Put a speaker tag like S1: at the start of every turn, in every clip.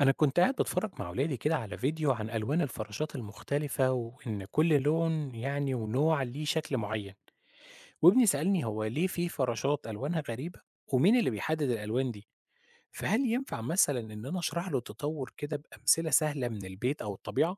S1: أنا كنت قاعد باتفرج مع ولادي كده على فيديو عن ألوان الفراشات المختلفة وإن كل لون يعني ونوع ليه شكل معين. وابني سألني هو ليه في فراشات ألوانها غريبة ومين اللي بيحدد الألوان دي. فهل ينفع مثلا إن أنا أشرح له التطور كده بأمثلة سهلة من البيت أو الطبيعة؟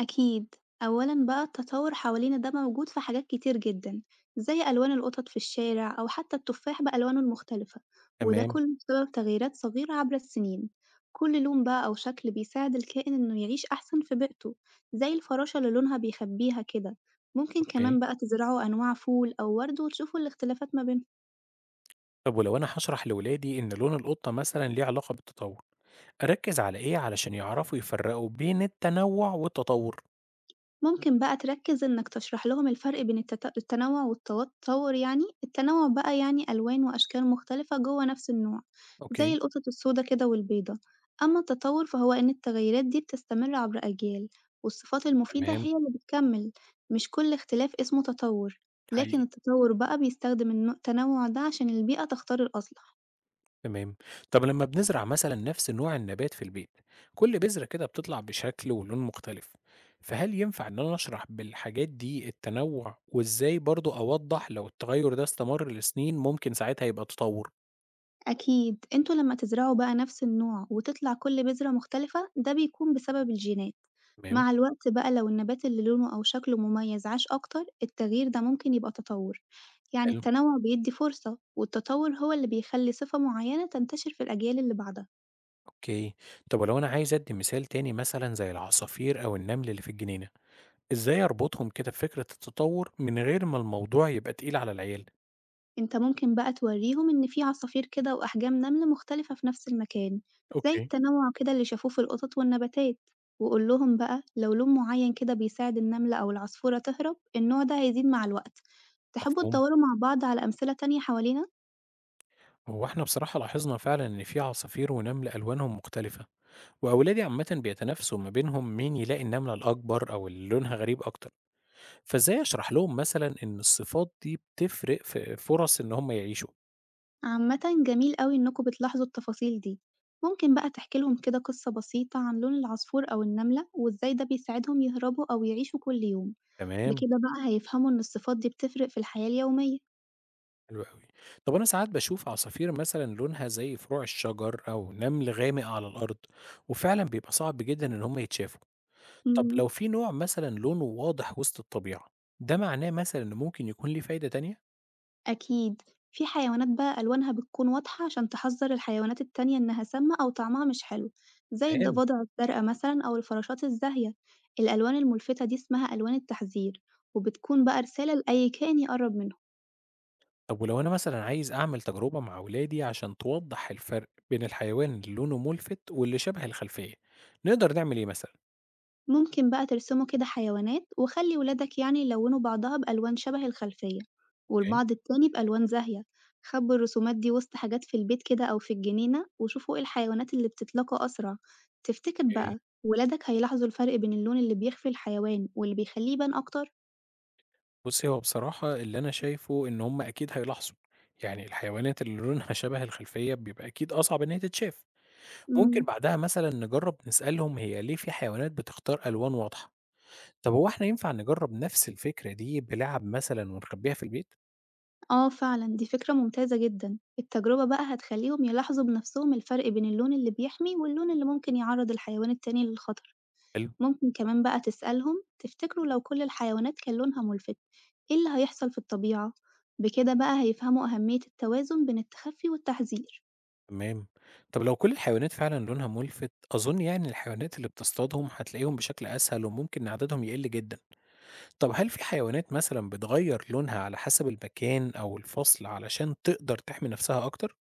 S2: أكيد، أولًا بقى التطور حوالينا ده موجود في حاجات كتير جدًا، زي ألوان القطط في الشارع أو حتى التفاح بألوانه المختلفة، وده
S1: تمام.
S2: كله بسبب تغييرات صغيرة عبر السنين، كل لون بقى أو شكل بيساعد الكائن إنه يعيش أحسن في بيئته، زي الفراشة اللي لونها بيخبيها كده، ممكن
S1: أوكي.
S2: كمان بقى تزرعوا أنواع فول أو ورد وتشوفوا الاختلافات ما بينهم.
S1: طب ولو أنا هشرح لولادي إن لون القطة مثلا ليه علاقة بالتطور، أركز على إيه علشان يعرفوا يفرقوا بين التنوع والتطور؟
S2: ممكن بقى تركّز إنك تشرح لهم الفرق بين التنوع والتوتّر يعني، التنوع بقى يعني ألوان وأشكال مختلفة جوّه نفس النوع، زي
S1: أوكي.
S2: القطط السودا كده والبيضا، أمّا التطوّر فهو إن التغيرات دي بتستمر عبر أجيال، والصفات المفيدة
S1: تمام.
S2: هي اللي بتكمّل، مش كل اختلاف اسمه تطوّر، لكن
S1: حقيقي.
S2: التطوّر بقى بيستخدم التنوع ده عشان البيئة تختار الأصلح.
S1: تمام. طب لما بنزرع مثلا نفس نوع النبات في البيت، كل بذرة كده بتطلع بشكل ولون مختلف، فهل ينفع ان انا اشرح بالحاجات دي التنوع وازاي برضو اوضح لو التغير ده استمر لسنين ممكن ساعتها يبقى تطور.
S2: أكيد انتوا لما تزرعوا بقى نفس النوع وتطلع كل بذرة مختلفة ده بيكون بسبب الجينات.
S1: تمام.
S2: مع الوقت بقى لو النبات اللي لونه أو شكله مميز عاش أكتر التغيير ده ممكن يبقى تطور. يعني
S1: حلو.
S2: التنوع بيدي فرصة والتطور هو اللي بيخلي صفة معينة تنتشر في الأجيال اللي بعدها.
S1: اوكي. طب ولو انا عايز ادي مثال تاني مثلا زي العصافير او النمل اللي في الجنينة، ازاي اربطهم كده بفكرة التطور من غير ما الموضوع يبقى تقيل على العيال.
S2: أنت ممكن بقى تورّيهم إن في عصافير كده وأحجام نمل مختلفة في نفس المكان، زي
S1: اوكي.
S2: التنوع كده اللي شافوه في القطط والنباتات، وقُل لهم بقى لو لون معين كده بيساعد النملة أو العصفورة تهرب، النوع ده هيزيد مع الوقت. تحبوا
S1: مفهوم.
S2: تدوروا مع بعض على أمثلة تانية حوالينا؟
S1: هو احنا بصراحة لاحظنا فعلا ان في عصافير ونمل الوانهم مختلفة، وأولادي عامة بيتنافسوا ما بينهم مين يلاقي النملة الأكبر أو اللي لونها غريب أكتر، فإزاي أشرح لهم مثلا إن الصفات دي بتفرق في فرص إن هم يعيشوا؟
S2: عامةً جميل أوي إنكم بتلاحظوا التفاصيل دي، ممكن بقى تحكي لهم كده قصة بسيطة عن لون العصفور أو النملة وإزاي ده بيساعدهم يهربوا أو يعيشوا كل يوم،
S1: تمام.
S2: بكده بقى هيفهموا إن الصفات دي بتفرق في الحياة اليومية.
S1: حلو أوي. طب أنا ساعات بشوف عصافير مثلا لونها زي فروع الشجر أو نمل غامق على الأرض، وفعلا بيبقى صعب جدا إن هم يتشافوا. طب
S2: إمم.
S1: لو في نوع مثلا لونه واضح وسط الطبيعة، ده معناه مثلا إن ممكن يكون ليه فايدة تانية؟
S2: أكيد، في حيوانات بقى ألوانها بتكون واضحة عشان تحذّر الحيوانات التانية إنها سامة أو طعمها مش حلو، زي
S1: تمام.
S2: الضفادع الزرقا مثلًا أو الفراشات الزاهية، الألوان الملفتة دي اسمها ألوان التحذير، وبتكون بقى رسالة لأي كائن يقرّب منهم.
S1: طب ولو أنا مثلًا عايز أعمل تجربة مع ولادي عشان توضّح الفرق بين الحيوان اللي لونه مُلفت واللي شبه الخلفية، نقدر نعمل إيه مثلًا؟
S2: ممكن بقى ترسموا كده حيوانات وخلي ولادك يعني يلونوا بعضها بألوان شبه الخلفية،
S1: أوكي.
S2: والبعض التاني بألوان زاهية. خبوا الرسومات دي وسط حاجات في البيت كده أو في الجنينة وشوفوا ايه الحيوانات اللي بتتلاقى أسرع. تفتكر
S1: أوكي.
S2: بقى ولادك هيلاحظوا الفرق بين اللون اللي بيخفي الحيوان واللي بيخليه يبان أكتر؟
S1: بُصّي، هو بصراحة اللي أنا شايفه إن هم أكيد هيلاحظوا، يعني الحيوانات اللي لونها شبه الخلفية بيبقى أكيد أصعب إن هي تتشاف، ممكن
S2: مم.
S1: بعدها مثلًا نجرّب نسألهم هي ليه في حيوانات بتختار ألوان واضحة، طب هو إحنا ينفع نجرّب نفس الفكرة دي بلعب مثلًا ونخبّيها في البيت؟
S2: آه فعلا دي فكرة ممتازة جدا. التجربة بقى هتخليهم يلاحظوا بنفسهم الفرق بين اللون اللي بيحمي واللون اللي ممكن يعرض الحيوان التاني للخطر.
S1: حلو.
S2: ممكن كمان بقى تسألهم تفتكروا لو كل الحيوانات كان لونها ملفت، إيه اللي هيحصل في الطبيعة؟ بكده بقى هيفهموا أهمية التوازن بين التخفي والتحذير.
S1: تمام. طب لو كل الحيوانات فعلًا لونها مُلفت، أظن يعني الحيوانات اللي بتصطادهم هتلاقيهم بشكل أسهل وممكن عددهم يقل جدًا. طب هل في حيوانات مثلًا بتغيّر لونها على حسب المكان أو الفصل علشان تقدر تحمي نفسها أكتر؟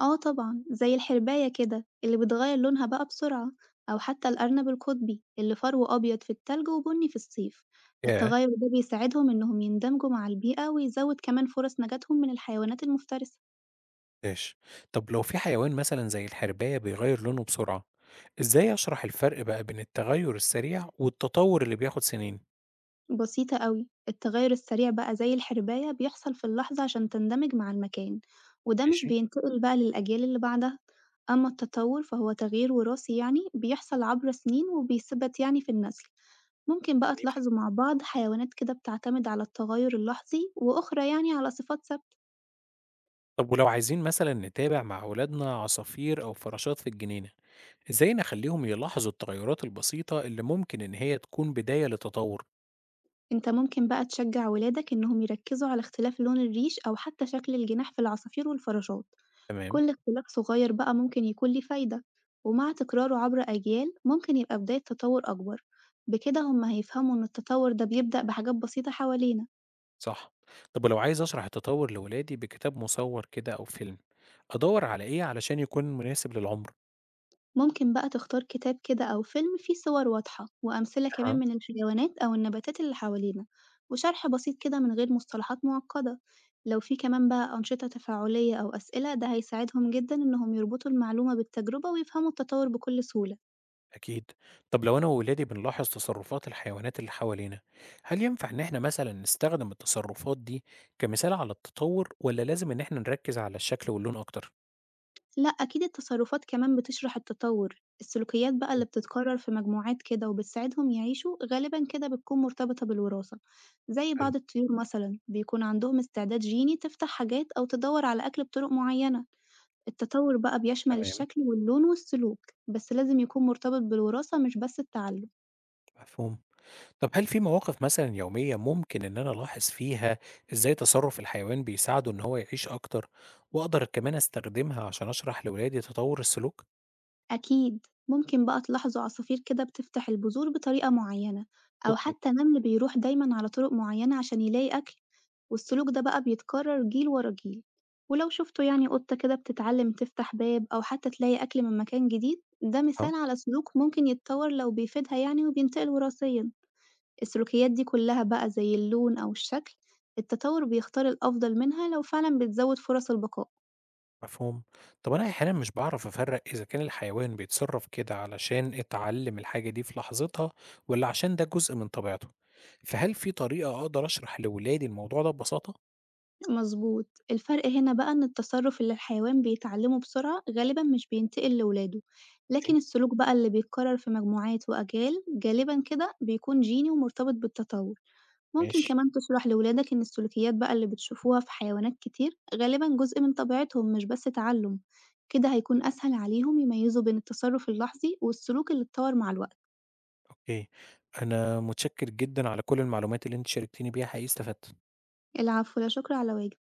S2: آه طبعا، زي الحرباية كده اللي بتغير لونها بقى بسرعة، أو حتى الأرنب القطبي اللي فروه أبيض في التلج وبني في الصيف.
S1: ياه!
S2: التغير ده بيساعدهم إنهم يندمجوا مع البيئة ويزود كمان فرص نجاتهم من الحيوانات المفترسة.
S1: ماشي. طب لو في حيوان مثلًا زي الحرباية بيغيّر لونه بسرعة، إزاي أشرح الفرق بقى بين التغيُّر السريع والتطور اللي بياخد سنين؟
S2: بسيطة أوي، التغيُّر السريع بقى زي الحرباية بيحصل في اللحظة عشان تندمج مع المكان، وده مش
S1: ماشي.
S2: بينتقل بقى للأجيال اللي بعدها، أما التطور فهو تغيير وراثي يعني بيحصل عبر سنين وبيثبت يعني في النسل، ممكن بقى
S1: جميل.
S2: تلاحظوا مع بعض حيوانات كده بتعتمد على التغيُّر اللحظي وأخرى يعني على صفات ثابتة.
S1: طب ولو عايزين مثلًا نتابع مع ولادنا عصافير أو فراشات في الجنينة، إزاي نخليهم يلاحظوا التغيرات البسيطة اللي ممكن إن هي تكون بداية لتطور.
S2: أنت ممكن بقى تشجع ولادك إنهم يركزوا على اختلاف لون الريش أو حتى شكل الجناح في العصافير والفراشات.
S1: تمام.
S2: كل اختلاف صغير بقى ممكن يكون ليه فايدة، ومع تكراره عبر أجيال ممكن يبقى بداية تطور أكبر. بكده هما هيفهموا إن التطور ده بيبدأ بحاجات بسيطة حوالينا.
S1: صح. طب ولو عايز أشرح التطور لولادي بكتاب مصور كده أو فيلم، أدور على إيه علشان يكون مناسب للعمر؟
S2: ممكن بقى تختار كتاب كده أو فيلم فيه صور واضحة وأمثلة كمان
S1: أه.
S2: من الحيوانات أو النباتات اللي حوالينا، وشرح بسيط كده من غير مصطلحات معقدة. لو في كمان بقى أنشطة تفاعلية أو أسئلة ده هيساعدهم جدا إنهم يربطوا المعلومة بالتجربة ويفهموا التطور بكل سهولة.
S1: أكيد. طب لو أنا وولادي بنلاحظ تصرفات الحيوانات اللي حوالينا، هل ينفع إن إحنا مثلا نستخدم التصرفات دي كمثال على التطور ولا لازم إن إحنا نركز على الشكل واللون أكتر؟
S2: لأ، أكيد التصرفات كمان بتشرح التطور، السلوكيات بقى اللي بتتكرر في مجموعات كده وبتساعدهم يعيشوا غالبا كده بتكون مرتبطة بالوراثة، زي
S1: حلو.
S2: بعض الطيور مثلا بيكون عندهم استعداد جيني تفتح حاجات أو تدور على أكل بطرق معينة. التطور بقى بيشمل
S1: تمام.
S2: الشكل واللون والسلوك، بس لازم يكون مرتبط بالوراثة مش بس التعلم.
S1: مفهوم. طب هل في مواقف مثلًا يومية ممكن إن أنا ألاحظ فيها إزاي تصرُّف الحيوان بيساعده إن هو يعيش أكتر، وأقدر كمان أستخدمها عشان أشرح لولادي تطوُّر السلوك؟
S2: أكيد ممكن بقى تلاحظوا عصافير كده بتفتح البذور بطريقة معينة، أو
S1: أوكي.
S2: حتى نمل بيروح دايما على طرق معينة عشان يلاقي أكل. والسلوك ده بقى بيتكرر جيل ورا جيل. ولو شفتوا يعني قطة كده بتتعلم تفتح باب أو حتى تلاقي أكل من مكان جديد ده
S1: آه.
S2: مثال على سلوك ممكن يتطور لو بيفيدها يعني وبينتقل وراثيا. السلوكيات دي كلها بقى زي اللون أو الشكل، التطور بيختار الأفضل منها لو فعلا بتزود فرص البقاء.
S1: مفهوم. طب أنا أحيانًا مش باعرف أفرّق إذا كان الحيوان بيتصرّف كده علشان اتعلّم الحاجة دي في لحظتها والّا عشان ده جزء من طبيعته، فهل في طريقة أقدر أشرح لولادي الموضوع ده ببساطة؟
S2: مضبوط. الفرق هنا بقى إن التصرُّف اللي الحيوان بيتعلّمه بسرعة غالبًا مش بينتقل لولاده،
S1: أوكي.
S2: لكن السلوك بقى اللي بيتكرّر في مجموعات وأجيال غالبًا كده بيكون جيني ومرتبط بالتطوُّر. ممكن
S1: ماشي.
S2: كمان تشرح لولادك إن السلوكيات بقى اللي بتشوفوها في حيوانات كتير غالبًا جزء من طبيعتهم مش بس تعلُّم، كده هيكون أسهل عليهم يميّزوا بين التصرُّف اللحظي والسلوك اللي اتطوّر مع الوقت.
S1: أوكي. أنا متشكّر جدًا على كل المعلومات اللي أنت شاركتيني بيها، حقيقي استفدت.
S2: العفو، لا شكر على واجب.